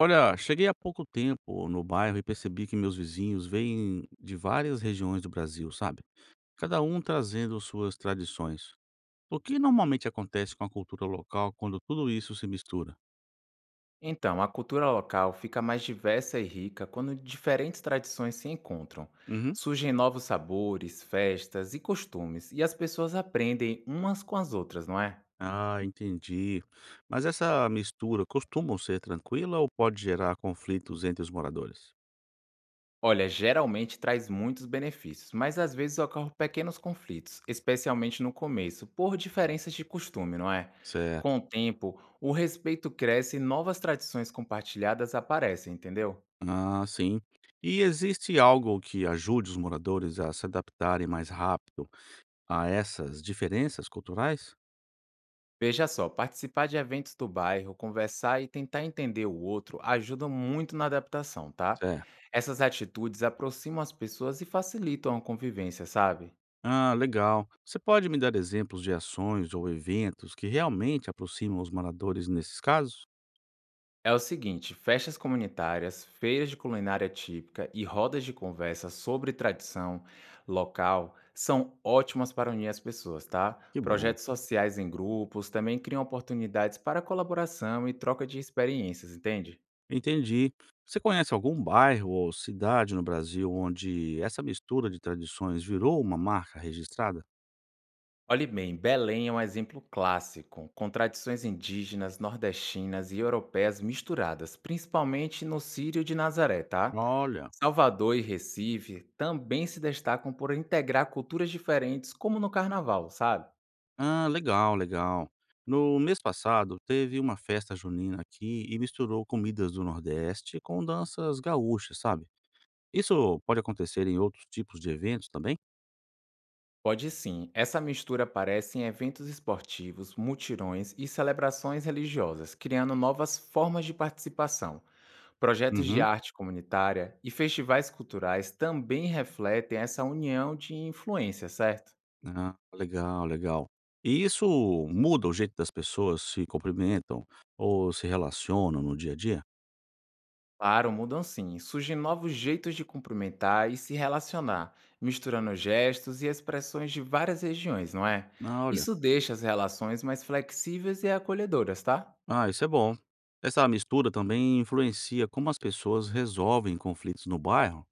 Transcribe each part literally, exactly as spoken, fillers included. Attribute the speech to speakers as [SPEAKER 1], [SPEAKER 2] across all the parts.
[SPEAKER 1] Olha, cheguei há pouco tempo no bairro e percebi que meus vizinhos vêm de várias regiões do Brasil, sabe? Cada um trazendo suas tradições. O que normalmente acontece com a cultura local quando tudo isso se mistura?
[SPEAKER 2] Então, a cultura local fica mais diversa e rica quando diferentes tradições se encontram.
[SPEAKER 1] Uhum.
[SPEAKER 2] Surgem novos sabores, festas e costumes, e as pessoas aprendem umas com as outras, não é?
[SPEAKER 1] Ah, entendi. Mas essa mistura costuma ser tranquila ou pode gerar conflitos entre os moradores?
[SPEAKER 2] Olha, geralmente traz muitos benefícios, mas às vezes ocorrem pequenos conflitos, especialmente no começo, por diferenças de costume, não é?
[SPEAKER 1] Certo.
[SPEAKER 2] Com o tempo, o respeito cresce e novas tradições compartilhadas aparecem, entendeu?
[SPEAKER 1] Ah, sim. E existe algo que ajude os moradores a se adaptarem mais rápido a essas diferenças culturais?
[SPEAKER 2] Veja só, participar de eventos do bairro, conversar e tentar entender o outro ajuda muito na adaptação, tá?
[SPEAKER 1] Certo.
[SPEAKER 2] Essas atitudes aproximam as pessoas e facilitam a convivência, sabe?
[SPEAKER 1] Ah, legal. Você pode me dar exemplos de ações ou eventos que realmente aproximam os moradores nesses casos?
[SPEAKER 2] É o seguinte, festas comunitárias, feiras de culinária típica e rodas de conversa sobre tradição local são ótimas para unir as pessoas, tá?
[SPEAKER 1] Que bom.
[SPEAKER 2] Projetos sociais em grupos também criam oportunidades para colaboração e troca de experiências, entende?
[SPEAKER 1] Entendi. Você conhece algum bairro ou cidade no Brasil onde essa mistura de tradições virou uma marca registrada?
[SPEAKER 2] Olhe bem, Belém é um exemplo clássico, com tradições indígenas, nordestinas e europeias misturadas, principalmente no Círio de Nazaré, tá?
[SPEAKER 1] Olha.
[SPEAKER 2] Salvador e Recife também se destacam por integrar culturas diferentes, como no carnaval, sabe?
[SPEAKER 1] Ah, legal, legal. No mês passado, teve uma festa junina aqui e misturou comidas do Nordeste com danças gaúchas, sabe? Isso pode acontecer em outros tipos de eventos também?
[SPEAKER 2] Pode sim, essa mistura aparece em eventos esportivos, mutirões e celebrações religiosas, criando novas formas de participação. Projetos de
[SPEAKER 1] Uhum.
[SPEAKER 2] arte comunitária e festivais culturais também refletem essa união de influência, certo?
[SPEAKER 1] Ah, legal, legal. E isso muda o jeito das pessoas se cumprimentam ou se relacionam no dia a dia?
[SPEAKER 2] Claro, mudam sim. Surgem novos jeitos de cumprimentar e se relacionar, misturando gestos e expressões de várias regiões, não é?
[SPEAKER 1] Ah, olha.
[SPEAKER 2] Isso deixa as relações mais flexíveis e acolhedoras, tá?
[SPEAKER 1] Ah, isso é bom. Essa mistura também influencia como as pessoas resolvem conflitos no bairro?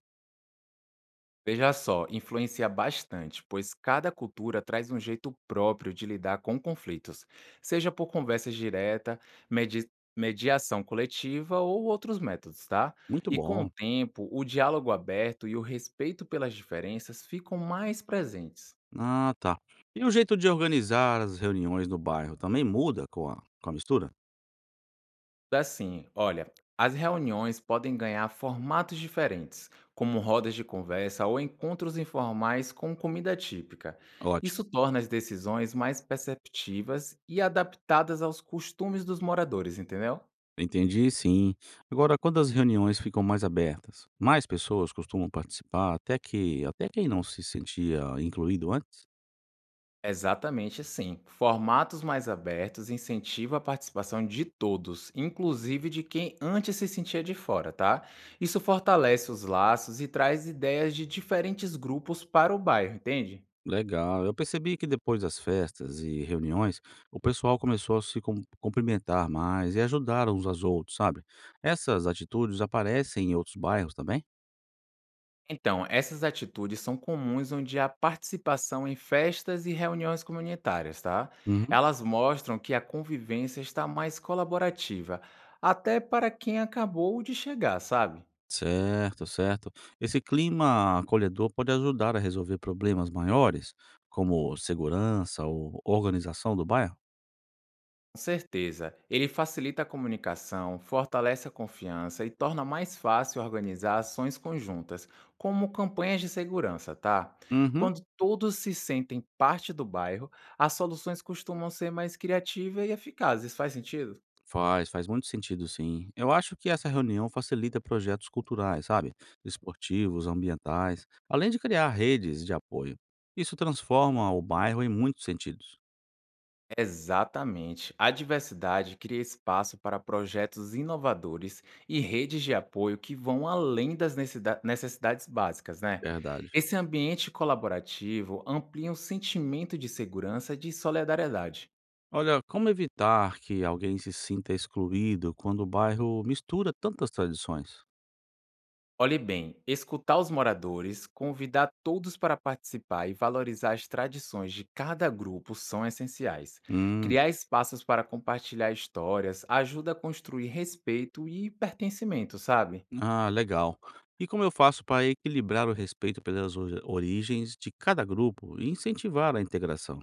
[SPEAKER 2] Veja só, influencia bastante, pois cada cultura traz um jeito próprio de lidar com conflitos, seja por conversas direta, medi- mediação coletiva ou outros métodos, tá?
[SPEAKER 1] Muito
[SPEAKER 2] E com o
[SPEAKER 1] bom.
[SPEAKER 2] tempo, o diálogo aberto e o respeito pelas diferenças ficam mais presentes.
[SPEAKER 1] Ah, tá. E o jeito de organizar as reuniões no bairro também muda com a, com a mistura?
[SPEAKER 2] Assim, olha, as reuniões podem ganhar formatos diferentes, como rodas de conversa ou encontros informais com comida típica. Isso
[SPEAKER 1] Ótimo.
[SPEAKER 2] torna as decisões mais perceptivas e adaptadas aos costumes dos moradores, entendeu?
[SPEAKER 1] Entendi, sim. Agora, quando as reuniões ficam mais abertas, mais pessoas costumam participar, até que até quem não se sentia incluído antes?
[SPEAKER 2] Exatamente assim. Formatos mais abertos incentivam a participação de todos, inclusive de quem antes se sentia de fora, tá? Isso fortalece os laços e traz ideias de diferentes grupos para o bairro, entende?
[SPEAKER 1] Legal. Eu percebi que depois das festas e reuniões, o pessoal começou a se cum- cumprimentar mais e ajudar uns aos outros, sabe? Essas atitudes aparecem em outros bairros também?
[SPEAKER 2] Então, essas atitudes são comuns onde há participação em festas e reuniões comunitárias, tá?
[SPEAKER 1] Uhum.
[SPEAKER 2] Elas mostram que a convivência está mais colaborativa, até para quem acabou de chegar, sabe?
[SPEAKER 1] Certo, certo. Esse clima acolhedor pode ajudar a resolver problemas maiores, como segurança ou organização do bairro?
[SPEAKER 2] Com certeza, ele facilita a comunicação, fortalece a confiança e torna mais fácil organizar ações conjuntas, como campanhas de segurança, tá?
[SPEAKER 1] Uhum.
[SPEAKER 2] Quando todos se sentem parte do bairro, as soluções costumam ser mais criativas e eficazes. Faz sentido?
[SPEAKER 1] Faz, faz muito sentido, sim. Eu acho que essa reunião facilita projetos culturais, sabe? Esportivos, ambientais, além de criar redes de apoio. Isso transforma o bairro em muitos sentidos.
[SPEAKER 2] Exatamente. A diversidade cria espaço para projetos inovadores e redes de apoio que vão além das necessida- necessidades básicas, né?
[SPEAKER 1] Verdade.
[SPEAKER 2] Esse ambiente colaborativo amplia o sentimento de segurança e de solidariedade.
[SPEAKER 1] Olha, como evitar que alguém se sinta excluído quando o bairro mistura tantas tradições?
[SPEAKER 2] Olhe bem, escutar os moradores, convidar todos para participar e valorizar as tradições de cada grupo são essenciais.
[SPEAKER 1] Hum,
[SPEAKER 2] Criar espaços para compartilhar histórias ajuda a construir respeito e pertencimento, sabe?
[SPEAKER 1] ah, legal. E como eu faço para equilibrar o respeito pelas ori- origens de cada grupo e incentivar a integração?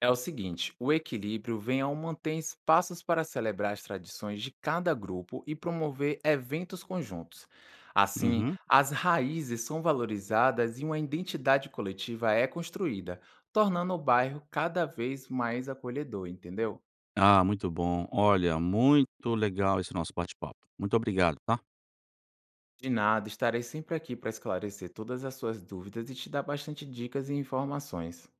[SPEAKER 2] É o seguinte, o equilíbrio vem ao manter espaços para celebrar as tradições de cada grupo e promover eventos conjuntos. Assim,
[SPEAKER 1] Uhum.
[SPEAKER 2] as raízes são valorizadas e uma identidade coletiva é construída, tornando o bairro cada vez mais acolhedor, entendeu?
[SPEAKER 1] Ah, muito bom. Olha, muito legal esse nosso bate-papo. Muito obrigado, tá?
[SPEAKER 2] De nada, estarei sempre aqui para esclarecer todas as suas dúvidas e te dar bastante dicas e informações.